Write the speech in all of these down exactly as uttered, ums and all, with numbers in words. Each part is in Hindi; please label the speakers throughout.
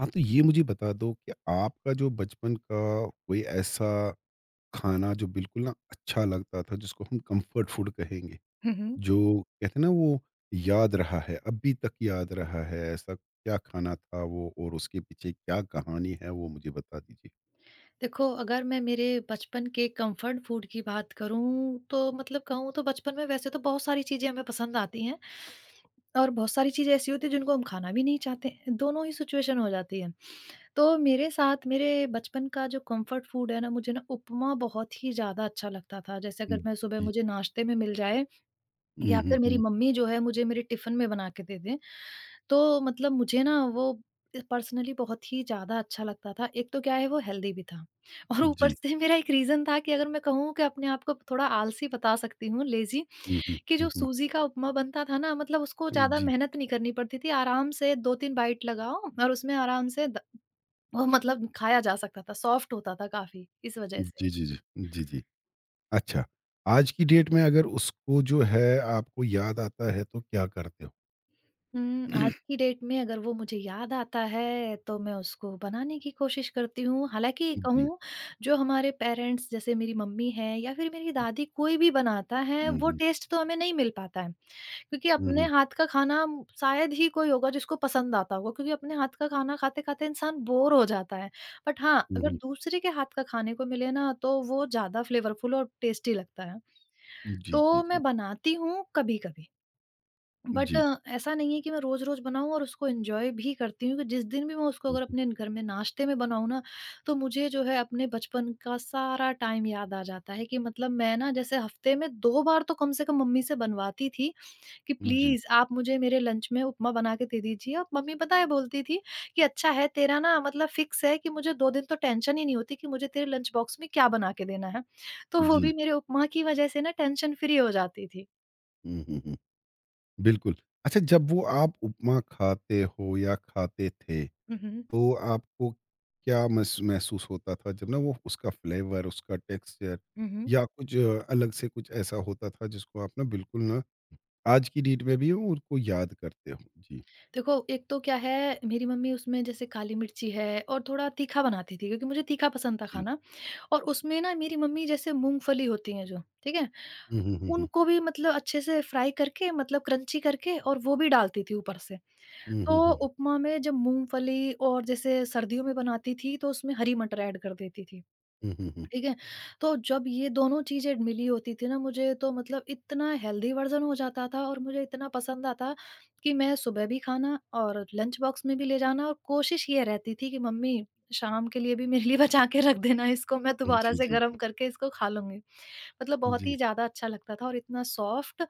Speaker 1: हाँ, तो ये मुझे बता दो कि आपका जो बचपन का कोई ऐसा खाना जो बिल्कुल ना अच्छा लगता था जिसको हम कंफर्ट फूड कहेंगे,
Speaker 2: हुँ, हुँ।
Speaker 1: जो कहते हैं ना वो याद रहा है, अभी तक याद रहा है, ऐसा क्या खाना था वो और उसके पीछे क्या कहानी है वो मुझे बता दीजिए?
Speaker 2: देखो, अगर मैं मेरे बचपन के कम्फर्ट फूड की बात करूँ तो मतलब कहूँ तो, बचपन में वैसे तो बहुत सारी चीज़ें हमें पसंद आती हैं और बहुत सारी चीज़ें ऐसी होती हैं जिनको हम खाना भी नहीं चाहते, दोनों ही सिचुएशन हो जाती है। तो मेरे साथ मेरे बचपन का जो कम्फर्ट फूड है ना, मुझे ना उपमा बहुत ही ज़्यादा अच्छा लगता था। जैसे
Speaker 1: हुँ,
Speaker 2: अगर मैं सुबह
Speaker 1: जी।
Speaker 2: मुझे नाश्ते में मिल जाए
Speaker 1: हुँ,
Speaker 2: या
Speaker 1: हुँ,
Speaker 2: फिर मेरी
Speaker 1: हुँ।
Speaker 2: मम्मी जो है मुझे मेरे टिफ़िन में बना के दे दें। तो मतलब मुझे ना वो अ, पर्सनली बहुत ही ज़्यादा अच्छा लगता था। एक तो क्या है, वो हेल्दी भी था और ऊपर
Speaker 1: जी।
Speaker 2: से मेरा एक रीज़न था कि अगर मैं कहूँ कि अपने आप को थोड़ा आलसी बता सकती हूँ, लेज़ी,
Speaker 1: हुँ, हुँ,
Speaker 2: कि जो
Speaker 1: हुँ, हुँ।
Speaker 2: सूजी का उपमा बनता था ना, मतलब उसको ज़्यादा
Speaker 1: जी।
Speaker 2: मेहनत नहीं करनी पड़ती थी। आराम से दो-तीन बाइट लगाओ और उसमें आराम से द वो मतलब खाया जा सकता था, सॉफ्ट होता था काफ़ी इस वज़ह से।
Speaker 1: जी, जी, जी। जी, जी। अच्छा, आज की डेट में अगर उसको जो है आपको याद आता है तो क्या करते हो?
Speaker 2: हुँ, आज की डेट में अगर वो मुझे याद आता है, तो मैं उसको बनाने की कोशिश करती हूँ। हालाँकि
Speaker 1: जी।
Speaker 2: कहूँ, जो हमारे पेरेंट्स जैसे मेरी मम्मी हैं या फिर मेरी दादी कोई भी बनाता है,
Speaker 1: हुँ,
Speaker 2: वो
Speaker 1: हुँ।
Speaker 2: टेस्ट तो हमें नहीं मिल पाता है। क्योंकि
Speaker 1: हुँ,
Speaker 2: अपने
Speaker 1: हुँ।
Speaker 2: हाथ का खाना म- शायद ही कोई होगा जिसको पसंद आता होगा, क्योंकि अपने हाथ का खाना खाते-खाते इंसान बोर हो जाता है। बट हाँ,
Speaker 1: हुँ,
Speaker 2: अगर
Speaker 1: हुँ।
Speaker 2: दूसरे के हाथ का खाने को मिले ना, तो वो ज़्यादा फ्लेवरफुल और टेस्टी लगता है।
Speaker 1: जी, जी,
Speaker 2: तो
Speaker 1: जी।
Speaker 2: मैं बनाती हूँ कभी-कभी। बट अ,
Speaker 1: जी।
Speaker 2: ऐसा नहीं है कि मैं रोज-रोज बनाऊँ, और उसको एन्जॉय भी करती हूँ कि जिस दिन भी मैं उसको
Speaker 1: हुँ,
Speaker 2: अगर
Speaker 1: हुँ।
Speaker 2: अपने घर में नाश्ते में बनाऊँ ना, तो मुझे जो है अपने बचपन का सारा टाइम याद आ जाता है, कि मतलब मैं ना जैसे हफ्ते में दो बार तो कम से कम मम्मी से बनवाती थी कि
Speaker 1: जी,
Speaker 2: प्लीज़ आप मुझे मेरे लंच में उपमा बना के दे दीजिए। और मम्मी पता है बोलती थी कि अच्छा है तेरा, ना मतलब फिक्स है कि मुझे दो दिन तो टेंशन ही नहीं होती कि मुझे तेरे लंच बॉक्स में क्या बना के देना है। तो वो
Speaker 1: जी।
Speaker 2: भी मेरे उपमा की वजह से ना टेंशन फ्री हो जाती थी।
Speaker 1: हुँ, हुँ, हुँ। बिल्कुल। अच्छा, जब वो आप उपमा खाते हो या खाते थे,
Speaker 2: हुँ, हुँ।
Speaker 1: तो आपको क्या महस महसूस होता था? जब ना वो उसका फ्लेवर, उसका टेक्सचर
Speaker 2: हुँ, हुँ।
Speaker 1: या कुछ अ, अलग से कुछ ऐसा होता था जिसको आप ना बिल्कुल ना आज की डेट में भी उनको याद करते हो? जी,
Speaker 2: देखो, एक तो क्या है, मेरी मम्मी उसमें जैसे काली मिर्ची है और थोड़ा तीखा बनाती थी, क्योंकि मुझे तीखा पसंद था
Speaker 1: जी।
Speaker 2: खाना। और उसमें ना मेरी मम्मी जैसे मूँगफली होती हैं जो, ठीक है?
Speaker 1: हुँ, हुँ, हुँ, हुँ।
Speaker 2: उनको भी मतलब अच्छे से फ्राई करके, मतलब क्रंची करके, और वो भी डालती थी ऊपर से।
Speaker 1: हुँ, हुँ,
Speaker 2: तो
Speaker 1: हुँ, हुँ।
Speaker 2: उपमा में जब मूँगफली, और जैसे सर्दियों में बनाती थी तो उसमें हरी मटर ऐड कर देती थी।
Speaker 1: हुँ, हुँ, हुँ।
Speaker 2: ठीक है? तो जब ये दोनों चीज़ें मिली होती थी ना, मुझे तो मतलब इतना हेल्दी वर्ज़न हो जाता था और मुझे इतना पसंद आता कि मैं सुबह भी खाना और लंच बॉक्स में भी ले जाना, और कोशिश ये रहती थी कि मम्मी, शाम के लिए भी मेरे लिए बचा के रख देना, इसको मैं दोबारा
Speaker 1: जी,
Speaker 2: से
Speaker 1: जी।
Speaker 2: गर्म करके इसको खा लूँगी। मतलब बहुत
Speaker 1: जी,
Speaker 2: ही ज़्यादा अच्छा लगता था और इतना सॉफ्ट,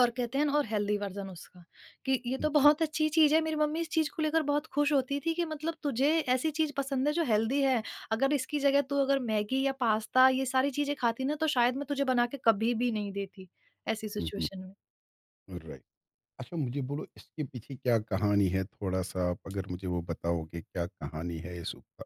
Speaker 2: और कहते हैं ना, और हेल्दी वर्ज़न उसका, कि ये तो
Speaker 1: जी।
Speaker 2: बहुत अच्छी चीज़ है। मेरी मम्मी इस चीज़ को लेकर बहुत खुश होती थी कि मतलब तुझे ऐसी चीज़ पसंद है जो हेल्दी है, अगर इसकी जगह तू अगर मैगी या पास्ता ये सारी चीज़ें खाती ना, तो शायद मैं तुझे बना के कभी भी नहीं देती, ऐसी
Speaker 1: हुँ, हुँ।
Speaker 2: सिचुएशन में।
Speaker 1: राइट। अच्छा, मुझे बोलो इसके पीछे क्या कहानी है थोड़ा सा, आप अगर मुझे वो बताओगे क्या कहानी है इस उपमा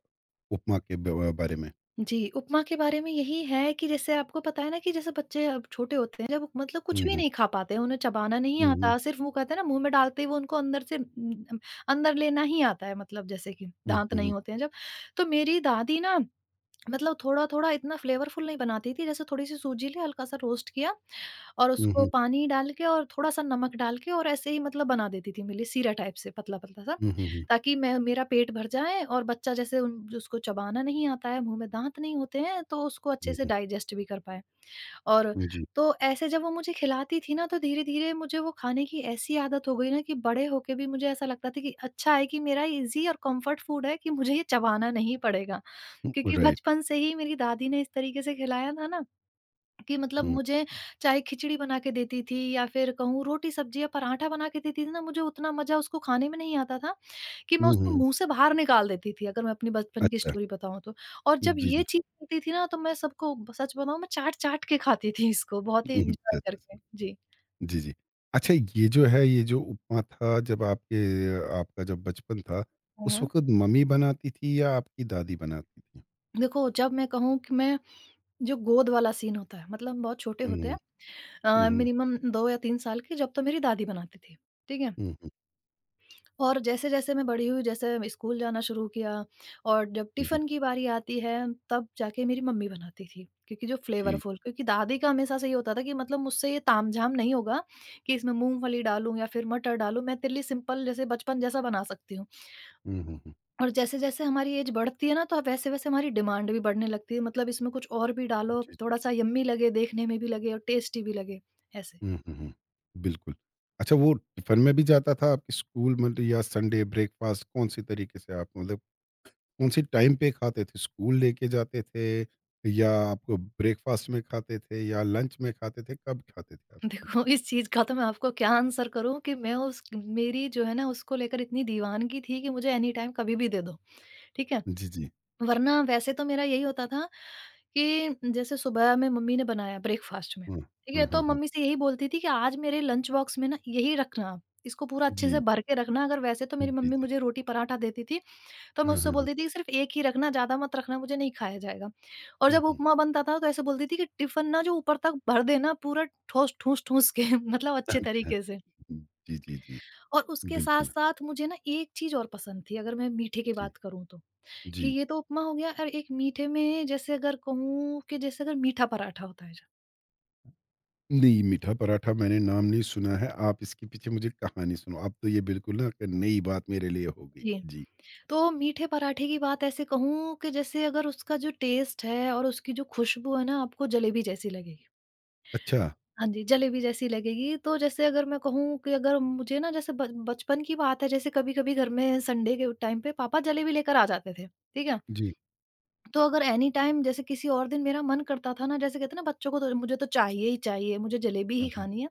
Speaker 1: उपमा के ब- बारे में।
Speaker 2: जी, उपमा के बारे में यही है कि जैसे आपको पता है ना कि जैसे बच्चे अब छोटे होते हैं जब, मतलब कुछ
Speaker 1: हुँ,
Speaker 2: भी
Speaker 1: हुँ,
Speaker 2: नहीं खा पाते हैं, उन्हें चबाना नहीं
Speaker 1: हुँ, हुँ,
Speaker 2: आता, सिर्फ़ वो कहते हैं ना मुँह में डालते ही वो उनको अंदर से न- अंदर लेना ही आता है, मतलब जैसे कि
Speaker 1: हुँ,
Speaker 2: दाँत
Speaker 1: हुँ,
Speaker 2: नहीं होते हैं जब। तो मेरी दादी ना मतलब थोड़ा-थोड़ा इतना फ्लेवरफुल नहीं बनाती थी, जैसे थोड़ी-सी सूजी ली, हल्का-सा रोस्ट किया और उसको
Speaker 1: हुँ,
Speaker 2: पानी डाल के और थोड़ा-सा नमक डाल के और ऐसे ही मतलब बना देती थी मेरे लिए, सीरा टाइप से, पतला-पतला सा,
Speaker 1: हुँ, हुँ,
Speaker 2: ताकि मैं मेरा पेट भर जाए, और बच्चा जैसे उन उसको चबाना नहीं आता है, मुँह में दाँत नहीं होते हैं, तो उसको अच्छे
Speaker 1: हुँ,
Speaker 2: से
Speaker 1: हुँ,
Speaker 2: डाइजेस्ट भी कर पाए। और
Speaker 1: जी,
Speaker 2: तो ऐसे जब वो मुझे खिलाती थी ना, तो धीरे-धीरे मुझे वो खाने की ऐसी आदत हो गई ना कि बड़े होके भी मुझे ऐसा लगता था कि अच्छा है, कि मेरा ईज़ी और कम्फर्ट फूड है, कि मुझे ये चबाना नहीं पड़ेगा। क्योंकि
Speaker 1: राइट,
Speaker 2: बचपन से ही मेरी दादी ने इस तरीके से खिलाया था ना कि मतलब
Speaker 1: हुँ,
Speaker 2: मुझे चाहे खिचड़ी बना के देती थी या फिर कहूँ रोटी सब्जी या पराठा बना के देती थी ना, मुझे उतना मजा उसको खाने में नहीं आता था, कि मैं
Speaker 1: हुँ,
Speaker 2: उसको
Speaker 1: हुँ,
Speaker 2: मुंह से बाहर निकाल देती थी, अगर मैं अपनी बचपन की
Speaker 1: अच्छा,
Speaker 2: स्टोरी बताऊं तो। और जब
Speaker 1: जी,
Speaker 2: ये
Speaker 1: जी,
Speaker 2: चीज होती थी ना, तो मैं सबको ब- सच बताऊं, मैं चाट चाट के खाती थी इसको, बहुत ही
Speaker 1: हुँ, अच्छा,
Speaker 2: एंजॉय
Speaker 1: अच्छा, अच्छा,
Speaker 2: करके। जी,
Speaker 1: जी, जी। अच्छा, ये जो है ये जो उपमा था, जब आपके आपका जब बचपन था उस
Speaker 2: हाँ।
Speaker 1: वक्त मम्मी बनाती थी या आपकी दादी बनाती थी?
Speaker 2: देखो, जब मैं कहूँ कि मैं, जो गोद वाला सीन होता है मतलब हम बहुत छोटे होते
Speaker 1: हम्म,
Speaker 2: हैं,
Speaker 1: हम्म,
Speaker 2: मिनिमम दो या तीन साल के जब, तो मेरी दादी बनाती थी। ठीक है?
Speaker 1: हम्म, हम्म,
Speaker 2: और जैसे-जैसे मैं बड़ी हुई, जैसे स्कूल जाना शुरू किया और जब
Speaker 1: हम्म,
Speaker 2: टिफ़िन की बारी आती है, तब जाके मेरी मम्मी बनाती थी, क्योंकि जो
Speaker 1: ठीक,
Speaker 2: फ्लेवरफुल, क्योंकि दादी का हमेशा से ये होता था कि मतलब मुझसे ये तामझाम नहीं होगा कि इसमें मूँगफली डालूँ या फिर मटर डालूँ, मैं तिल्ली सिंपल जैसे बचपन जैसा बना सकती हूँ।
Speaker 1: हम्म, हम्म, हम्म,
Speaker 2: और जैसे-जैसे हमारी एज बढ़ती है ना, तो वैसे-वैसे हमारी डिमांड भी बढ़ने लगती है, मतलब इसमें कुछ और भी डालो,
Speaker 1: जी, जी।
Speaker 2: थोड़ा-सा यम्मी लगे, देखने में भी लगे और टेस्टी भी लगे, ऐसे।
Speaker 1: हुँ, हुँ, हुँ। बिल्कुल। अच्छा, वो टिफ़िन में भी जाता था आपके स्कूल मतलब या संडे ब्रेकफ़ास्ट, कौन-से तरीके से आप मतलब कौन-से टाइम पे खाते थे? स्कूल लेके जाते थे या आपको ब्रेकफ़ास्ट में खाते थे या लंच में खाते थे? कब खाते थे आप?
Speaker 2: देखो, इस चीज़ का तो मैं आपको क्या आंसर करूँ कि मैं उस मेरी जो है ना उसको लेकर इतनी दीवानगी थी कि मुझे एनी टाइम कभी भी दे दो, ठीक है।
Speaker 1: जी, जी।
Speaker 2: वरना वैसे तो मेरा यही होता था कि जैसे सुबह में मम्मी ने बनाया ब्रेकफ़ास्ट में,
Speaker 1: हाँ।
Speaker 2: ठीक
Speaker 1: हाँ,
Speaker 2: है,
Speaker 1: हाँ,
Speaker 2: तो
Speaker 1: हाँ।
Speaker 2: मम्मी से यही बोलती थी कि आज मेरे लंच बॉक्स में ना यही रखना आप, इसको पूरा अच्छे से
Speaker 1: जी।
Speaker 2: भर के रखना। अगर वैसे तो मेरी
Speaker 1: जी,
Speaker 2: मम्मी
Speaker 1: जी।
Speaker 2: मुझे रोटी पराठा देती थी, तो मैं
Speaker 1: हाँ,
Speaker 2: उससे
Speaker 1: हाँ, हाँ।
Speaker 2: बोलती थी कि सिर्फ़ एक ही रखना, ज़्यादा मत रखना, मुझे नहीं खाया जाएगा। और
Speaker 1: हुँ,
Speaker 2: जब
Speaker 1: हुँ।
Speaker 2: उपमा बनता था तो ऐसे बोलती थी कि टिफ़िन ना जो ऊपर तक भर देना पूरा ठोस, ठूँस-ठूँस के मतलब अच्छे
Speaker 1: अच्छा।
Speaker 2: तरीके से।
Speaker 1: जी, जी, जी।
Speaker 2: और उसके
Speaker 1: बिल्कुल।
Speaker 2: साथ-साथ मुझे ना एक चीज़ और पसंद थी, अगर मैं मीठे की
Speaker 1: जी,
Speaker 2: बात करूँ तो, कि
Speaker 1: जी।
Speaker 2: ये तो उपमा हो गया, और एक मीठे में जैसे अगर कहूँ, कि जैसे अगर मीठा पराठा होता है जो।
Speaker 1: नहीं, मीठा पराठा मैंने नाम नहीं सुना है। आप इसके पीछे मुझे कहानी सुनाओ। अब तो ये बिल्कुल ना एक नई बात मेरे लिए हो गई।
Speaker 2: जी।
Speaker 1: जी।
Speaker 2: तो मीठे पराठे की बात ऐसे कहूँ कि जैसे अगर उसका जो टेस्ट है और उसकी जो खुशबू है ना, आपको जलेबी जैसी लगेगी।
Speaker 1: अच्छा,
Speaker 2: हाँ जी, जलेबी जैसी लगेगी। तो जैसे अगर मैं कहूँ कि अगर मुझे ना जैसे ब बचपन की बात है, जैसे कभी-कभी घर में संडे के टाइम पे पापा जलेबी लेकर आ जाते थे, ठीक है?
Speaker 1: जी।
Speaker 2: तो अगर एनी टाइम जैसे किसी और दिन मेरा मन करता था ना, जैसे कहते हैं ना बच्चों को, तो मुझे तो चाहिए ही चाहिए, मुझे जलेबी
Speaker 1: हुँ,
Speaker 2: ही
Speaker 1: हुँ।
Speaker 2: खानी है।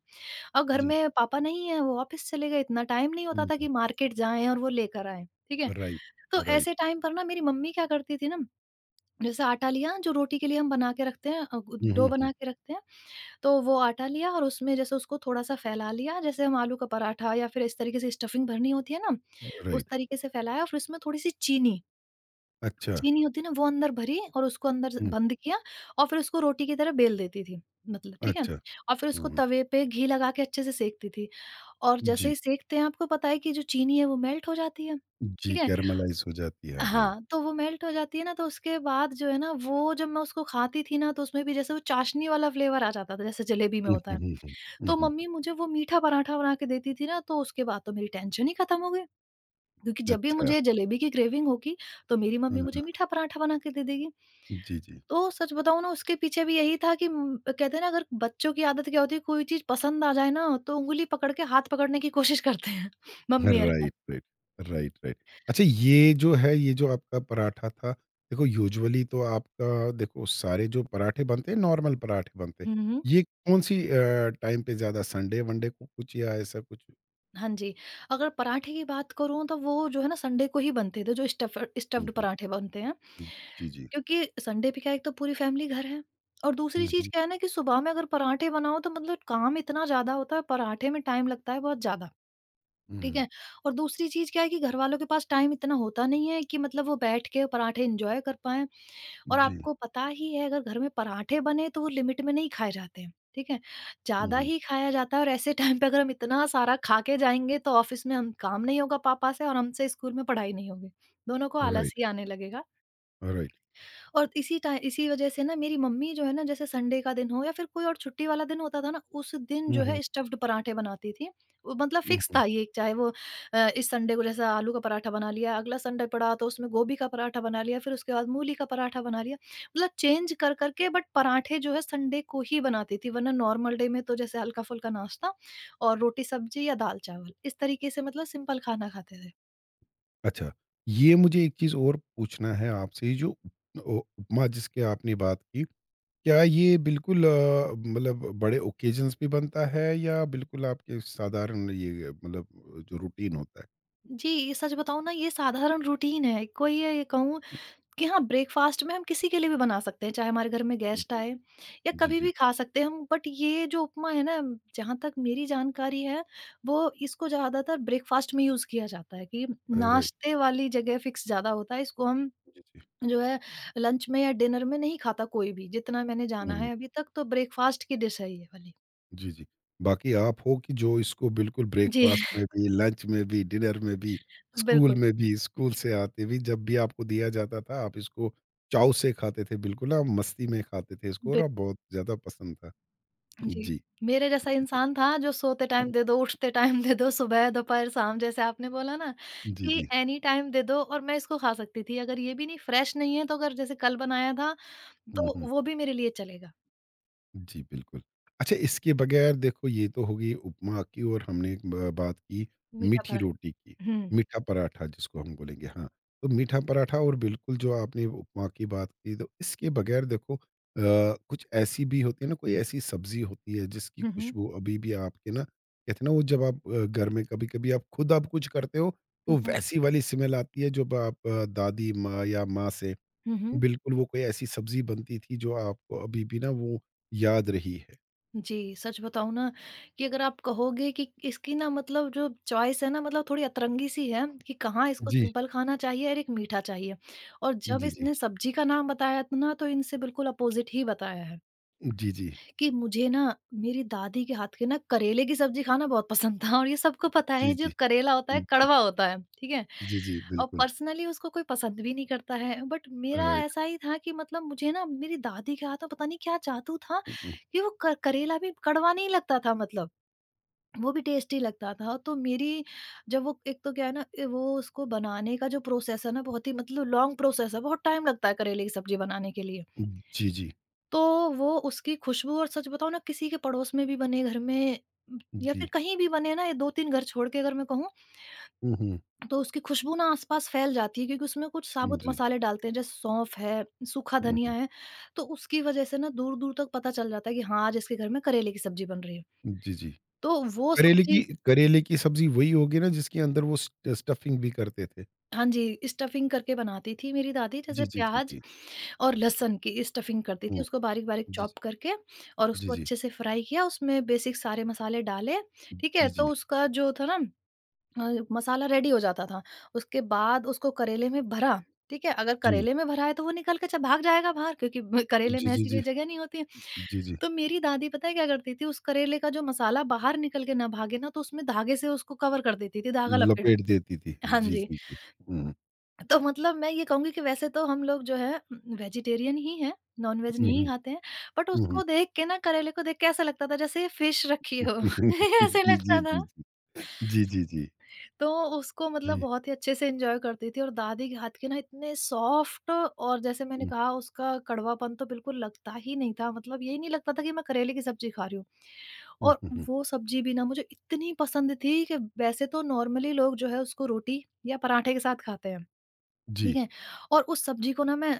Speaker 2: और घर
Speaker 1: जी।
Speaker 2: में पापा नहीं है, वो ऑफ़िस चले गए, इतना टाइम नहीं होता
Speaker 1: हुँ,
Speaker 2: था कि
Speaker 1: हुँ।
Speaker 2: मार्केट जाएँ और वो लेकर आएँ, ठीक है?
Speaker 1: राइट,
Speaker 2: तो
Speaker 1: राइट।
Speaker 2: ऐसे टाइम पर ना मेरी मम्मी क्या करती थी ना, जैसे आटा लिया जो रोटी के लिए हम बना के रखते हैं, अ, गु
Speaker 1: हुँ,
Speaker 2: डो
Speaker 1: हुँ,
Speaker 2: बना
Speaker 1: हुँ।
Speaker 2: के रखते हैं। तो वो आटा लिया और उसमें जैसे उसको थोड़ा-सा फैला लिया, जैसे हम आलू का पराठा या फिर इस तरीके से स्टफिंग भरनी होती है ना, उस
Speaker 1: राइट।
Speaker 2: तरीके से फैलाया और फिर उसमें थोड़ी-सी चीनी,
Speaker 1: अच्छा,
Speaker 2: चीनी होती है ना, वो अंदर भरी और उसको अंदर स
Speaker 1: हुँ,
Speaker 2: बंद किया। और फिर उसको रोटी की तरह बेल देती थी मतलब, ठीक है?
Speaker 1: अच्छा।
Speaker 2: और फिर
Speaker 1: हुँ,
Speaker 2: उसको
Speaker 1: हुँ।
Speaker 2: तवे पे घी लगा के अच्छे से सेंकती थी। और जैसे
Speaker 1: जी,
Speaker 2: ही सेंकते हैं आपको पता है कि जो चीनी है वो मेल्ट हो जाती है,
Speaker 1: जी,
Speaker 2: ठीक है?
Speaker 1: कैरमलाइज़ हो जाती है, हाँ।
Speaker 2: हाँ, तो वो मेल्ट हो जाती है ना, तो उसके बाद जो है ना वो जब मैं उसको खाती थी ना, तो उसमें भी जैसे वो चाशनी वाला फ्लेवर आ जाता था, जैसे जलेबी में
Speaker 1: हुँ,
Speaker 2: होता
Speaker 1: हुँ,
Speaker 2: है।
Speaker 1: हुँ, हुँ। हुँ,
Speaker 2: तो मम्मी
Speaker 1: हुँ।
Speaker 2: मुझे वो मीठा पराठा बना के देती थी ना, तो उसके बाद तो मेरी टेंशन ही खत्म हो गई। क्योंकि जब भी
Speaker 1: अच्छा।
Speaker 2: मुझे जलेबी की क्रेविंग होगी, तो मेरी
Speaker 1: हाँ,
Speaker 2: मम्मी मुझे
Speaker 1: हाँ।
Speaker 2: मीठा पराठा बना के दे देगी।
Speaker 1: जी, जी।
Speaker 2: तो सच बताऊं ना, उसके पीछे भी यही था कि म- कहते हैं ना, अगर बच्चों की आदत क्या होती है, कोई चीज पसंद आ जाए ना, तो उंगली पकड़ के हाथ पकड़ने की कोशिश करते हैं मम्मी और
Speaker 1: राइट, राइट। Right, right. अच्छा, ये जो है, ये जो आपका पराठा था, देखो यूजुअली तो आपका देखो सारे जो पराठे बनते हैं, नॉर्मल पराठे बनते हैं।
Speaker 2: का।
Speaker 1: ये कौन-सी अ, टाइम पे ज़्यादा संडे-वनडे को कुछ या ऐसा कुछ?
Speaker 2: हाँ जी, अगर पराठे की बात करूँ, तो वो जो है ना, संडे को ही बनते थे जो स्टफ़
Speaker 1: हुँ,
Speaker 2: स्टफ़्ड
Speaker 1: हुँ।
Speaker 2: पराठे बनते हैं।
Speaker 1: हुँ। जी, जी।
Speaker 2: क्योंकि संडे पे क्या है, एक तो पूरी फैमिली घर है, और दूसरी
Speaker 1: हुँ,
Speaker 2: चीज़
Speaker 1: हुँ।
Speaker 2: क्या है ना, कि सुबह में अगर पराठे बनाओ तो मतलब काम इतना ज़्यादा होता है, पराठे में टाइम लगता है बहुत ज़्यादा, ठीक
Speaker 1: हुँ,
Speaker 2: है? और दूसरी चीज़ क्या है कि घरवालों के पास टाइम इतना होता नहीं है कि मतलब वो बैठ के पराठे एन्जॉय कर पाएँ। और
Speaker 1: जी।
Speaker 2: आपको पता ही है, अगर घर में पराठे बने तो वो लिमिट में नहीं खाए जाते हैं, ठीक है?
Speaker 1: हुँ,
Speaker 2: ज़्यादा
Speaker 1: हुँ।
Speaker 2: ही खाया जाता है, और ऐसे टाइम पे अगर हम इतना सारा खा के जाएँगे तो ऑफ़िस में हम काम नहीं होगा पापा से और हमसे स्कूल में पढ़ाई नहीं होगी। दोनों को आलस
Speaker 1: राइट,
Speaker 2: ही आने लगेगा।
Speaker 1: राइट।
Speaker 2: और इसी टाइ इसी वजह से ना, मेरी मम्मी जो है ना, जैसे संडे का दिन हो या फिर कोई और छुट्टी वाला दिन होता था ना, उस दिन
Speaker 1: हुँ,
Speaker 2: जो
Speaker 1: हुँ,
Speaker 2: है स्टफ़्ड पराठे बनाती थी। वो मतलब
Speaker 1: हुँ,
Speaker 2: फ़िक्स
Speaker 1: हुँ।
Speaker 2: था ये, चाहे वो अ, इस संडे को जैसे आलू का पराठा बना लिया, अगला संडे पड़ा तो उसमें गोभी का पराठा बना लिया, फिर उसके बाद मूली का पराठा बना लिया। मतलब चेंज कर कर के, बट पराठे जो है संडे को ही बनाती थी, वरना नॉर्मल डे में तो जैसे हल्का-फुल्का नाश्ता और रोटी-सब्जी या दाल-चावल। इस तरीके से मतलब सिंपल खाना खाते थे।
Speaker 1: अच्छा, ये मुझे एक चीज़ और पूछना है आपसे, ये जो उ उपमा जिसकी आपने बात की, क्या ये बिल्कुल अ, मतलब बड़े ओकेज़न्स पे बनता है या बिल्कुल आपके साधारण ये मतलब जो रूटीन होता है?
Speaker 2: जी, ये सच बताऊँ ना, ये साधारण रूटीन है। कोई ये कहूँ कि हाँ, ब्रेकफ़ास्ट में हम किसी के लिए भी बना सकते हैं, चाहे हमारे घर में गेस्ट
Speaker 1: जी,
Speaker 2: आए या
Speaker 1: जी,
Speaker 2: कभी
Speaker 1: जी।
Speaker 2: भी खा सकते हैं हम। बट ये जो उपमा है ना, जहाँ तक मेरी जानकारी है, वो इसको ज़्यादातर ब्रेकफ़ास्ट में यूज़ किया जाता है, कि
Speaker 1: राइट,
Speaker 2: नाश्ते वाली जगह फ़िक्स ज़्यादा होता है। इसको हम
Speaker 1: जी, जी।
Speaker 2: जो है लंच में या डिनर में नहीं खाता कोई भी, जितना मैंने
Speaker 1: हुँ,
Speaker 2: जाना
Speaker 1: हुँ।
Speaker 2: है अभी तक, तो ब्रेकफ़ास्ट की डिश है ये वाली।
Speaker 1: जी, जी। बाकी आप हो कि जो इसको बिल्कुल
Speaker 2: जी,
Speaker 1: ब्रेकफ़ास्ट में भी, लंच में भी, डिनर में भी, स्कूल
Speaker 2: बिल्कुल।
Speaker 1: में भी, स्कूल से आते भी जब भी आपको दिया जाता था आप इसको चाव से खाते थे, बिल्कुल आप मस्ती में खाते थे इसको और आप
Speaker 2: बिल्कुल।
Speaker 1: बहुत ज़्यादा पसंद था।
Speaker 2: जी।
Speaker 1: जी।
Speaker 2: मेरे जैसा
Speaker 1: जी, जी।
Speaker 2: इंसान था जो सोते
Speaker 1: हुँ,
Speaker 2: टाइम दे दो, उठते टाइम दे दो, सुबह, दोपहर, शाम, जैसे आपने बोला ना
Speaker 1: जी,
Speaker 2: कि
Speaker 1: जी।
Speaker 2: एनी टाइम दे दो और मैं इसको खा सकती थी। अगर ये भी नहीं, फ्रेश नहीं है तो, अगर जैसे कल बनाया था
Speaker 1: हुँ, हुँ।
Speaker 2: तो वो भी मेरे लिए चलेगा,
Speaker 1: जी, बिल्कुल। अच्छा, इसके बगैर देखो ये तो हो गई उपमा की और हमने एक ब बात की मीठी
Speaker 2: मीठा-भरा।
Speaker 1: रोटी की,
Speaker 2: हुँ,
Speaker 1: मीठा पराठा जिसको हम बोलेंगे, हाँ। तो मीठा पराठा और बिल्कुल जो आपने उपमा की बात की, तो इसके बगैर देखो अ, कुछ ऐसी भी होती है ना कोई ऐसी सब्ज़ी होती है जिसकी
Speaker 2: हुँ, हुँ,
Speaker 1: खुशबू अभी भी आपके ना कहते हैं ना वो जब आप अ, घर में कभी-कभी आप खुद आप कुछ करते हो
Speaker 2: हुँ,
Speaker 1: तो
Speaker 2: हुँ,
Speaker 1: वैसी वाली स्मेल आती है जब आप अ, दादी माँ या माँ से
Speaker 2: हुँ, हुँ।
Speaker 1: बिल्कुल, वो कोई ऐसी सब्ज़ी बनती थी जो आपको अभी भी ना वो याद रही है?
Speaker 2: जी, सच बताऊँ ना, कि अगर आप कहोगे कि इसकी ना मतलब जो चॉइस है ना, मतलब थोड़ी अतरंगी-सी है कि कहाँ इसको
Speaker 1: जी,
Speaker 2: सिंपल खाना चाहिए और एक मीठा चाहिए। और जब
Speaker 1: जी, जी।
Speaker 2: इसने सब्जी का नाम बताया था ना, तो इनसे बिल्कुल अपोज़िट ही बताया है।
Speaker 1: जी, जी।
Speaker 2: कि मुझे ना, मेरी दादी के हाथ के ना करेले की सब्जी खाना बहुत पसंद था, और ये सबको पता
Speaker 1: जी,
Speaker 2: है जो
Speaker 1: जी।
Speaker 2: करेला होता है
Speaker 1: जी,
Speaker 2: कड़वा होता है, ठीक है?
Speaker 1: जी, जी,
Speaker 2: और
Speaker 1: बिल्कुल।
Speaker 2: पर्सनली उसको कोई पसंद भी नहीं करता है, बट मेरा
Speaker 1: राइट।
Speaker 2: ऐसा ही था कि मतलब मुझे ना, मेरी दादी के हाथ में पता नहीं क्या जादू था
Speaker 1: हुँ, हुँ।
Speaker 2: कि वो क करेला भी कड़वा नहीं लगता था, मतलब वो भी टेस्टी लगता था। तो मेरी, जब वो, एक तो क्या है ना, ए, वो उसको बनाने का जो प्रोसेस है ना, बहुत ही मतलब लॉन्ग प्रोसेस है, बहुत टाइम लगता है करेले की सब्जी बनाने के लिए।
Speaker 1: जी, जी।
Speaker 2: तो वो उसकी खुशबू, और सच बताऊँ ना, किसी के पड़ोस में भी बने घर में या
Speaker 1: जी।
Speaker 2: फिर कहीं भी बने ना, ये दो तीन घर छोड़ के अगर मैं कहूँ,
Speaker 1: हुँ, हुँ।
Speaker 2: तो उसकी खुशबू ना आस-पास फैल जाती है, क्योंकि उसमें कुछ साबुत
Speaker 1: जी।
Speaker 2: मसाले डालते हैं, जैसे सौंफ है, सूखा
Speaker 1: हुँ,
Speaker 2: धनिया
Speaker 1: हुँ।
Speaker 2: है, तो उसकी वजह से ना दूर-दूर तक पता चल जाता है कि हाँ, आज इसके घर में करेले की सब्ज़ी बन रही है।
Speaker 1: जी, जी।
Speaker 2: तो वो
Speaker 1: करेले की
Speaker 2: सब्ज़ी,
Speaker 1: करेले की सब्ज़ी वही होगी ना जिसके अंदर वो स्ट स्टफिंग भी करते थे?
Speaker 2: हाँ जी, स्टफिंग करके बनाती थी मेरी दादी,
Speaker 1: जी,
Speaker 2: जैसे
Speaker 1: जी, जी,
Speaker 2: प्याज
Speaker 1: जी।
Speaker 2: और लहसुन की स्टफिंग कर दी थी,
Speaker 1: हुँ।
Speaker 2: उसको बारीक-बारीक
Speaker 1: जी, जी,
Speaker 2: चॉप करके और
Speaker 1: जी,
Speaker 2: उसको
Speaker 1: जी,
Speaker 2: अच्छे से फ्राई किया, उसमें बेसिक सारे मसाले डाले, ठीक
Speaker 1: जी,
Speaker 2: है? तो
Speaker 1: जी।
Speaker 2: उसका जो था ना, अ, मसाला रेडी हो जाता था। उसके बाद उसको करेले में भरा, ठीक है? अगर करेले में भरा है तो वो निकल के च भाग जाएगा बाहर, क्योंकि ब करेले
Speaker 1: जी,
Speaker 2: में
Speaker 1: जी,
Speaker 2: ऐसी
Speaker 1: जी।
Speaker 2: कोई जगह नहीं होती है।
Speaker 1: जी, जी।
Speaker 2: तो मेरी दादी पता है क्या करती थी, उस करेले का जो मसाला बाहर निकल के ना भागे ना, तो उसमें धागे से उसको कवर कर देती थी, धागा लपेट।
Speaker 1: लपेट देती थी।
Speaker 2: हाँ
Speaker 1: जी,
Speaker 2: जी।
Speaker 1: जी, जी। हुँ,
Speaker 2: तो मतलब मैं ये कहूँगी कि वैसे तो हम लोग जो है वेजिटेरियन ही हैं, नॉन-वेज
Speaker 1: हुँ,
Speaker 2: नहीं
Speaker 1: हुँ,
Speaker 2: खाते हैं, बट
Speaker 1: हुँ, हुँ।
Speaker 2: उसको देख के ना, करेले को देख के ऐसा लगता था जैसे फिश रखी हो, ऐसे
Speaker 1: जी, जी,
Speaker 2: लगता था।
Speaker 1: जी। जी, जी, जी।
Speaker 2: तो उसको मतलब
Speaker 1: जी।
Speaker 2: बहुत ही अच्छे से एन्जॉय करती थी, और दादी के हाथ के ना इतने सॉफ्ट, और जैसे मैंने
Speaker 1: हुँ,
Speaker 2: कहा, उसका कड़वापन तो बिल्कुल लगता ही नहीं था, मतलब यही नहीं लगता था कि मैं करेले की सब्ज़ी खा रही हूँ।
Speaker 1: हुँ,
Speaker 2: और
Speaker 1: हुँ, हुँ।
Speaker 2: वो सब्ज़ी भी ना मुझे इतनी पसंद थी कि वैसे तो नॉर्मली लोग जो है उसको रोटी या पराठे के साथ खाते हैं, ठीक
Speaker 1: जी,
Speaker 2: है? और उस सब्ज़ी को ना मैं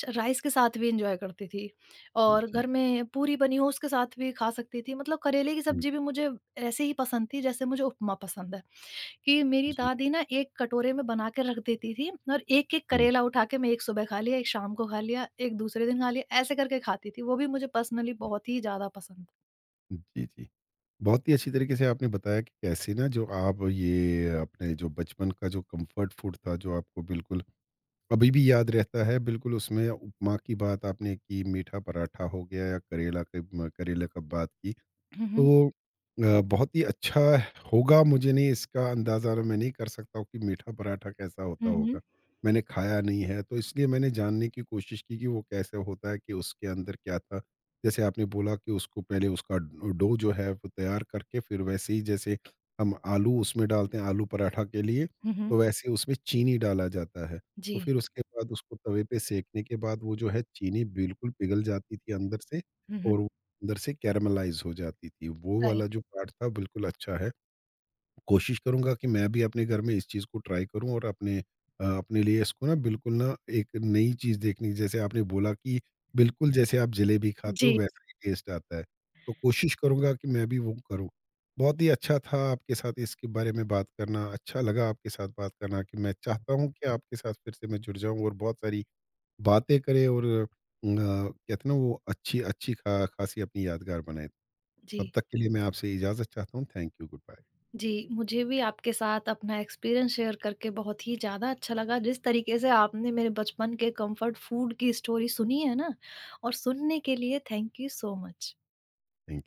Speaker 2: च राइस के साथ भी एन्जॉय करती थी, और
Speaker 1: जी,
Speaker 2: घर में पूरी बनी हो उसके साथ भी खा सकती थी। मतलब करेले की
Speaker 1: हुँ,
Speaker 2: सब्ज़ी भी मुझे ऐसे ही पसंद थी जैसे मुझे उपमा पसंद है, कि मेरी
Speaker 1: जी,
Speaker 2: दादी ना एक कटोरे में बना के रख देती थी और एक-एक
Speaker 1: हुँ,
Speaker 2: करेला उठा के मैं एक सुबह खा लिया, एक शाम को खा लिया, एक दूसरे दिन खा लिया, ऐसे करके खाती थी। वो भी मुझे पर्सनली
Speaker 1: हुँ।
Speaker 2: बहुत ही ज़्यादा पसंद।
Speaker 1: जी, जी। बहुत ही अच्छी तरीके से आपने बताया कि कैसे ना जो आप ये अपने जो बचपन का जो कम्फर्ट फूड था, जो आपको बिल्कुल अभी भी याद रहता है, बिल्कुल उसमें उपमा की बात आपने की, मीठा पराठा हो गया या करेला के म करेले का बात की।
Speaker 2: हुँ, हुँ।
Speaker 1: तो अ, बहुत ही अच्छा होगा, मुझे नहीं इसका अंदाज़ा मैं नहीं कर सकता हूँ कि मीठा पराठा कैसा होता
Speaker 2: हुँ, हुँ।
Speaker 1: होगा। मैंने खाया नहीं है तो इसलिए मैंने जानने की कोशिश की कि वो कैसे होता है, कि उसके अंदर क्या था? जैसे आपने बोला कि उसको पहले उसका डो डो जो है वो तैयार करके, फिर वैसे ही जैसे हम आलू उसमें डालते हैं आलू पराठा के लिए,
Speaker 2: हुँ, हुँ।
Speaker 1: तो वैसे उसमें चीनी डाला जाता है। तो
Speaker 2: जी।
Speaker 1: फिर उसके बाद उसको तवे पे सेंकने के बाद वो जो है चीनी बिल्कुल पिघल जाती थी अंदर से
Speaker 2: हुँ, हुँ।
Speaker 1: और अंदर से कैरामलाइज़ हो जाती थी। वो वाला
Speaker 2: राइट।
Speaker 1: जो पार्ट था बिल्कुल अच्छा है। कोशिश करूँगा कि मैं भी अपने घर में इस चीज़ को ट्राई करूँ और अपने अ, अपने लिए इसको ना बिल्कुल ना एक नई चीज़ देखने की, जैसे आपने बोला कि बिल्कुल जैसे आप जलेबी खाते हो
Speaker 2: जी,
Speaker 1: वैसा ही टेस्ट आता है। तो कोशिश करूँगा कि मैं भी वो करूँ। बहुत ही अच्छा था आपके साथ इसके बारे में बात करना। अच्छा लगा आपके साथ बात करना कि मैं चाहता हूँ कि आपके साथ फिर से मैं जुड़ जाऊँ और बहुत सारी बातें करें और अ, कहते हैं ना वो अच्छी अच्छी खा खासी अपनी यादगार बनाएँ।
Speaker 2: जी।
Speaker 1: तब तक के लिए मैं आपसे इजाज़त चाहता हूँ। Thank you, good bye.
Speaker 2: जी, मुझे भी आपके साथ अपना एक्सपीरियंस शेयर करके बहुत ही ज़्यादा अच्छा लगा। जिस तरीके से आपने मेरे बचपन के कम्फर्ट फूड की स्टोरी सुनी है ना, और सुनने के लिए thank you so much.
Speaker 1: Thank you.